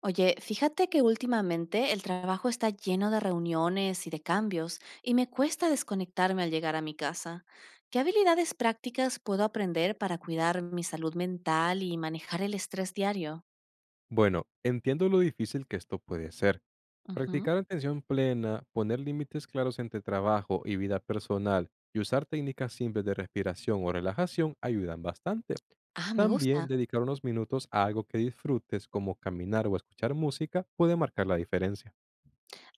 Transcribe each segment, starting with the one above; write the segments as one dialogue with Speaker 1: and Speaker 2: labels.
Speaker 1: Oye, fíjate que últimamente el trabajo está lleno de reuniones y de cambios y me cuesta desconectarme al llegar a mi casa. ¿Qué habilidades prácticas puedo aprender para cuidar mi salud mental y manejar el estrés diario?
Speaker 2: Bueno, entiendo lo difícil que esto puede ser.
Speaker 1: Ujú.
Speaker 2: Practicar atención plena, poner límites claros entre trabajo y vida personal y usar técnicas simples de respiración o relajación ayudan bastante.
Speaker 1: Ah, me
Speaker 2: También
Speaker 1: gusta.
Speaker 2: dedicar unos minutos a algo que disfrutes como caminar o escuchar música puede marcar la diferencia.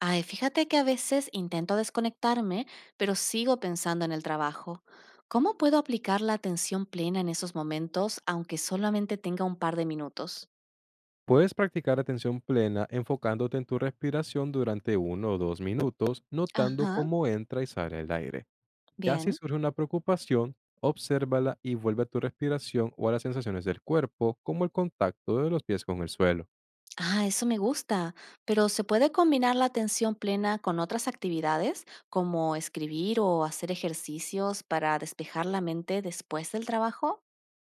Speaker 1: Ay, fíjate que a veces intento desconectarme, pero sigo pensando en el trabajo. ¿Cómo puedo aplicar la atención plena en esos momentos, aunque solamente tenga un par de minutos?
Speaker 2: Puedes practicar atención plena enfocándote en tu respiración durante uno o dos minutos, notando
Speaker 1: Ajá,
Speaker 2: cómo entra y sale el aire. Ya si
Speaker 1: bien.
Speaker 2: surge una preocupación, obsérvala y vuelve a tu respiración o a las sensaciones del cuerpo, como el contacto de los pies con el suelo.
Speaker 1: Ah, eso me gusta, pero ¿se puede combinar la atención plena con otras actividades, como escribir o hacer ejercicios para despejar la mente después del trabajo?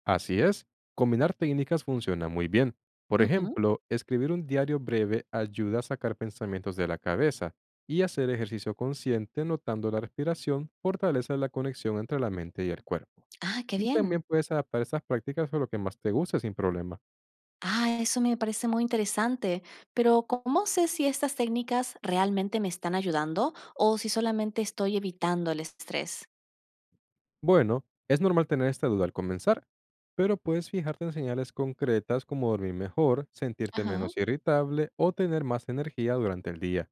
Speaker 2: Así es, combinar técnicas funciona muy bien. Por
Speaker 1: Ujú.
Speaker 2: ejemplo, escribir un diario breve ayuda a sacar pensamientos de la cabeza y hacer ejercicio consciente notando la respiración fortalece la conexión entre la mente y el cuerpo.
Speaker 1: Ah, qué
Speaker 2: Y
Speaker 1: bien.
Speaker 2: también puedes adaptar esas prácticas a lo que más te guste sin problema.
Speaker 1: Ah, eso me parece muy interesante, pero ¿cómo sé si estas técnicas realmente me están ayudando o si solamente estoy evitando el estrés?
Speaker 2: Bueno, es normal tener esta duda al comenzar, pero puedes fijarte en señales concretas como dormir mejor, sentirte
Speaker 1: Ajá.
Speaker 2: menos irritable o tener más energía durante el día.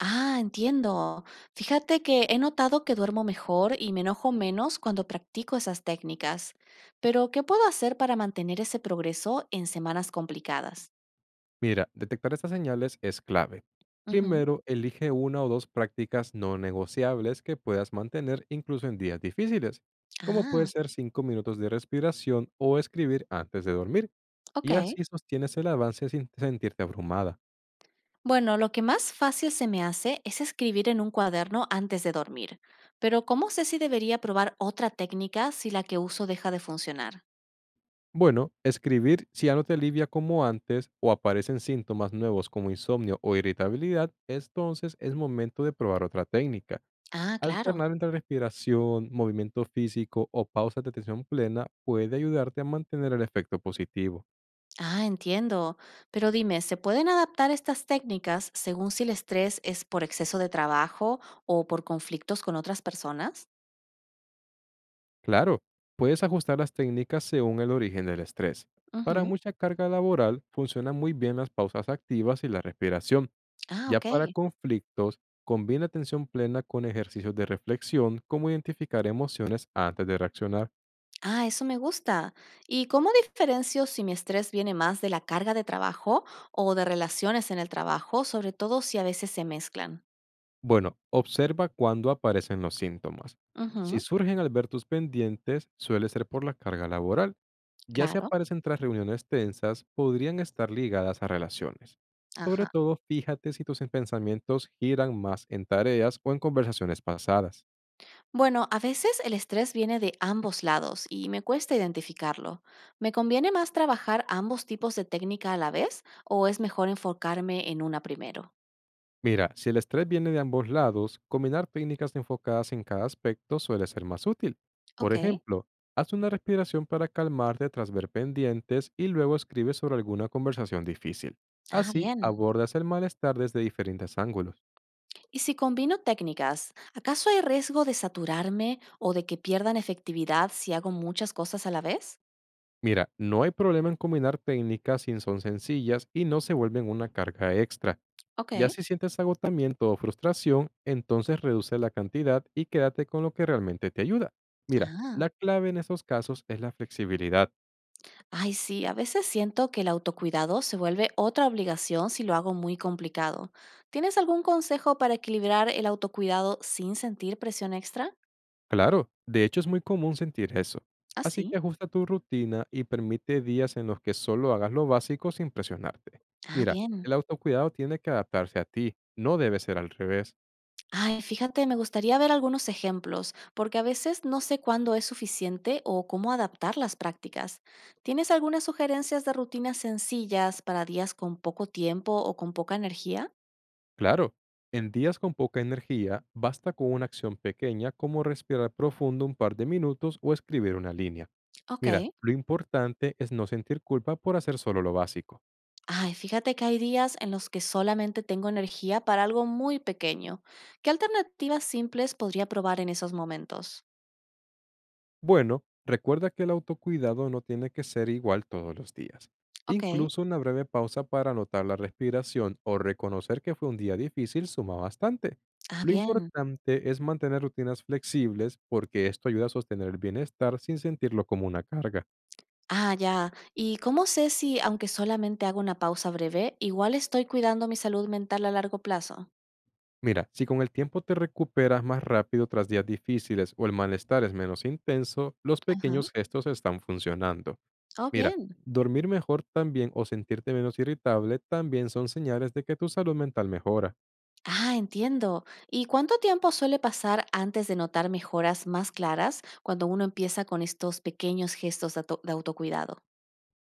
Speaker 1: Ah, entiendo. Fíjate que he notado que duermo mejor y me enojo menos cuando practico esas técnicas. Pero ¿qué puedo hacer para mantener ese progreso en semanas complicadas?
Speaker 2: Mira, detectar estas señales es clave.
Speaker 1: Ujú.
Speaker 2: Primero, elige una o dos prácticas no negociables que puedas mantener incluso en días difíciles, como puede
Speaker 1: Ah,
Speaker 2: ser 5 minutos de respiración o escribir antes de dormir,
Speaker 1: ok.
Speaker 2: y así sostienes el avance sin sentirte abrumada.
Speaker 1: Bueno, lo que más fácil se me hace es escribir en un cuaderno antes de dormir. Pero ¿cómo sé si debería probar otra técnica si la que uso deja de funcionar?
Speaker 2: Bueno, escribir si ya no te alivia como antes o aparecen síntomas nuevos como insomnio o irritabilidad, entonces es momento de probar otra técnica.
Speaker 1: Ah, claro.
Speaker 2: Alternar entre respiración, movimiento físico o pausas de atención plena puede ayudarte a mantener el efecto positivo.
Speaker 1: Ah, entiendo. Pero dime, ¿se pueden adaptar estas técnicas según si el estrés es por exceso de trabajo o por conflictos con otras personas?
Speaker 2: Claro, puedes ajustar las técnicas según el origen del estrés. Para
Speaker 1: Ujú.
Speaker 2: mucha carga laboral, funcionan muy bien las pausas activas y la respiración.
Speaker 1: Ah,
Speaker 2: Ya
Speaker 1: ok.
Speaker 2: para conflictos, combina atención plena con ejercicios de reflexión, como identificar emociones antes de reaccionar.
Speaker 1: Ah, eso me gusta. ¿Y cómo diferencio si mi estrés viene más de la carga de trabajo o de relaciones en el trabajo, sobre todo si a veces se mezclan?
Speaker 2: Bueno, observa cuándo aparecen los síntomas. Si
Speaker 1: Ujú.
Speaker 2: surgen al ver tus pendientes, suele ser por la carga laboral. Ya si
Speaker 1: Claro.
Speaker 2: aparecen tras reuniones tensas, podrían estar ligadas a relaciones. Sobre
Speaker 1: Ajá.
Speaker 2: todo, fíjate si tus pensamientos giran más en tareas o en conversaciones pasadas.
Speaker 1: Bueno, a veces el estrés viene de ambos lados y me cuesta identificarlo. ¿Me conviene más trabajar ambos tipos de técnica a la vez o es mejor enfocarme en una primero?
Speaker 2: Mira, si el estrés viene de ambos lados, combinar técnicas enfocadas en cada aspecto suele ser más útil. Por
Speaker 1: Ok.
Speaker 2: ejemplo, haz una respiración para calmarte tras ver pendientes y luego escribe sobre alguna conversación difícil.
Speaker 1: Ah,
Speaker 2: Así
Speaker 1: bien.
Speaker 2: abordas el malestar desde diferentes ángulos.
Speaker 1: Y si combino técnicas, ¿acaso hay riesgo de saturarme o de que pierdan efectividad si hago muchas cosas a la vez?
Speaker 2: Mira, no hay problema en combinar técnicas si son sencillas y no se vuelven una carga extra.
Speaker 1: Ok.
Speaker 2: Ya si sientes agotamiento o frustración, entonces reduce la cantidad y quédate con lo que realmente te ayuda. Mira,
Speaker 1: Ah.
Speaker 2: la clave en esos casos es la flexibilidad.
Speaker 1: Ay, sí, a veces siento que el autocuidado se vuelve otra obligación si lo hago muy complicado. ¿Tienes algún consejo para equilibrar el autocuidado sin sentir presión extra?
Speaker 2: Claro, de hecho es muy común sentir eso.
Speaker 1: Ah,
Speaker 2: Así
Speaker 1: sí.
Speaker 2: que ajusta tu rutina y permite días en los que solo hagas lo básico sin presionarte.
Speaker 1: Ah,
Speaker 2: Mira, el
Speaker 1: bien.
Speaker 2: autocuidado tiene que adaptarse a ti, no debe ser al revés.
Speaker 1: Ay, fíjate, me gustaría ver algunos ejemplos, porque a veces no sé cuándo es suficiente o cómo adaptar las prácticas. ¿Tienes algunas sugerencias de rutinas sencillas para días con poco tiempo o con poca energía?
Speaker 2: Claro, en días con poca energía basta con una acción pequeña como respirar profundo un par de minutos o escribir una línea.
Speaker 1: Ok.
Speaker 2: Mira, lo importante es no sentir culpa por hacer solo lo básico.
Speaker 1: Ay, fíjate que hay días en los que solamente tengo energía para algo muy pequeño. ¿Qué alternativas simples podría probar en esos momentos?
Speaker 2: Bueno, recuerda que el autocuidado no tiene que ser igual todos los días.
Speaker 1: Ok.
Speaker 2: Incluso una breve pausa para anotar la respiración o reconocer que fue un día difícil suma bastante.
Speaker 1: Ah,
Speaker 2: Lo
Speaker 1: bien.
Speaker 2: importante es mantener rutinas flexibles porque esto ayuda a sostener el bienestar sin sentirlo como una carga.
Speaker 1: Ah, ya. ¿Y cómo sé si, aunque solamente hago una pausa breve, igual estoy cuidando mi salud mental a largo plazo?
Speaker 2: Mira, si con el tiempo te recuperas más rápido tras días difíciles o el malestar es menos intenso, los
Speaker 1: Ajá.
Speaker 2: pequeños gestos están funcionando.
Speaker 1: Oh,
Speaker 2: Mira,
Speaker 1: bien.
Speaker 2: dormir mejor también o sentirte menos irritable también son señales de que tu salud mental mejora.
Speaker 1: Ah, entiendo. ¿Y cuánto tiempo suele pasar antes de notar mejoras más claras cuando uno empieza con estos pequeños gestos de autocuidado?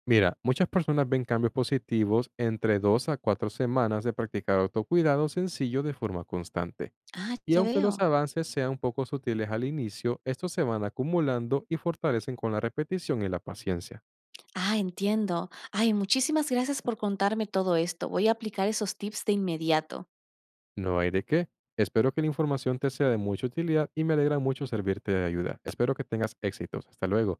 Speaker 2: Mira, muchas personas ven cambios positivos entre 2 a 4 semanas de practicar autocuidado sencillo de forma constante.
Speaker 1: Ah,
Speaker 2: Y
Speaker 1: ya
Speaker 2: aunque los
Speaker 1: veo.
Speaker 2: avances sean un poco sutiles al inicio, estos se van acumulando y fortalecen con la repetición y la paciencia.
Speaker 1: Ah, entiendo. Ay, muchísimas gracias por contarme todo esto. Voy a aplicar esos tips de inmediato.
Speaker 2: No hay de qué. Espero que la información te sea de mucha utilidad y me alegra mucho servirte de ayuda. Espero que tengas éxitos. Hasta luego.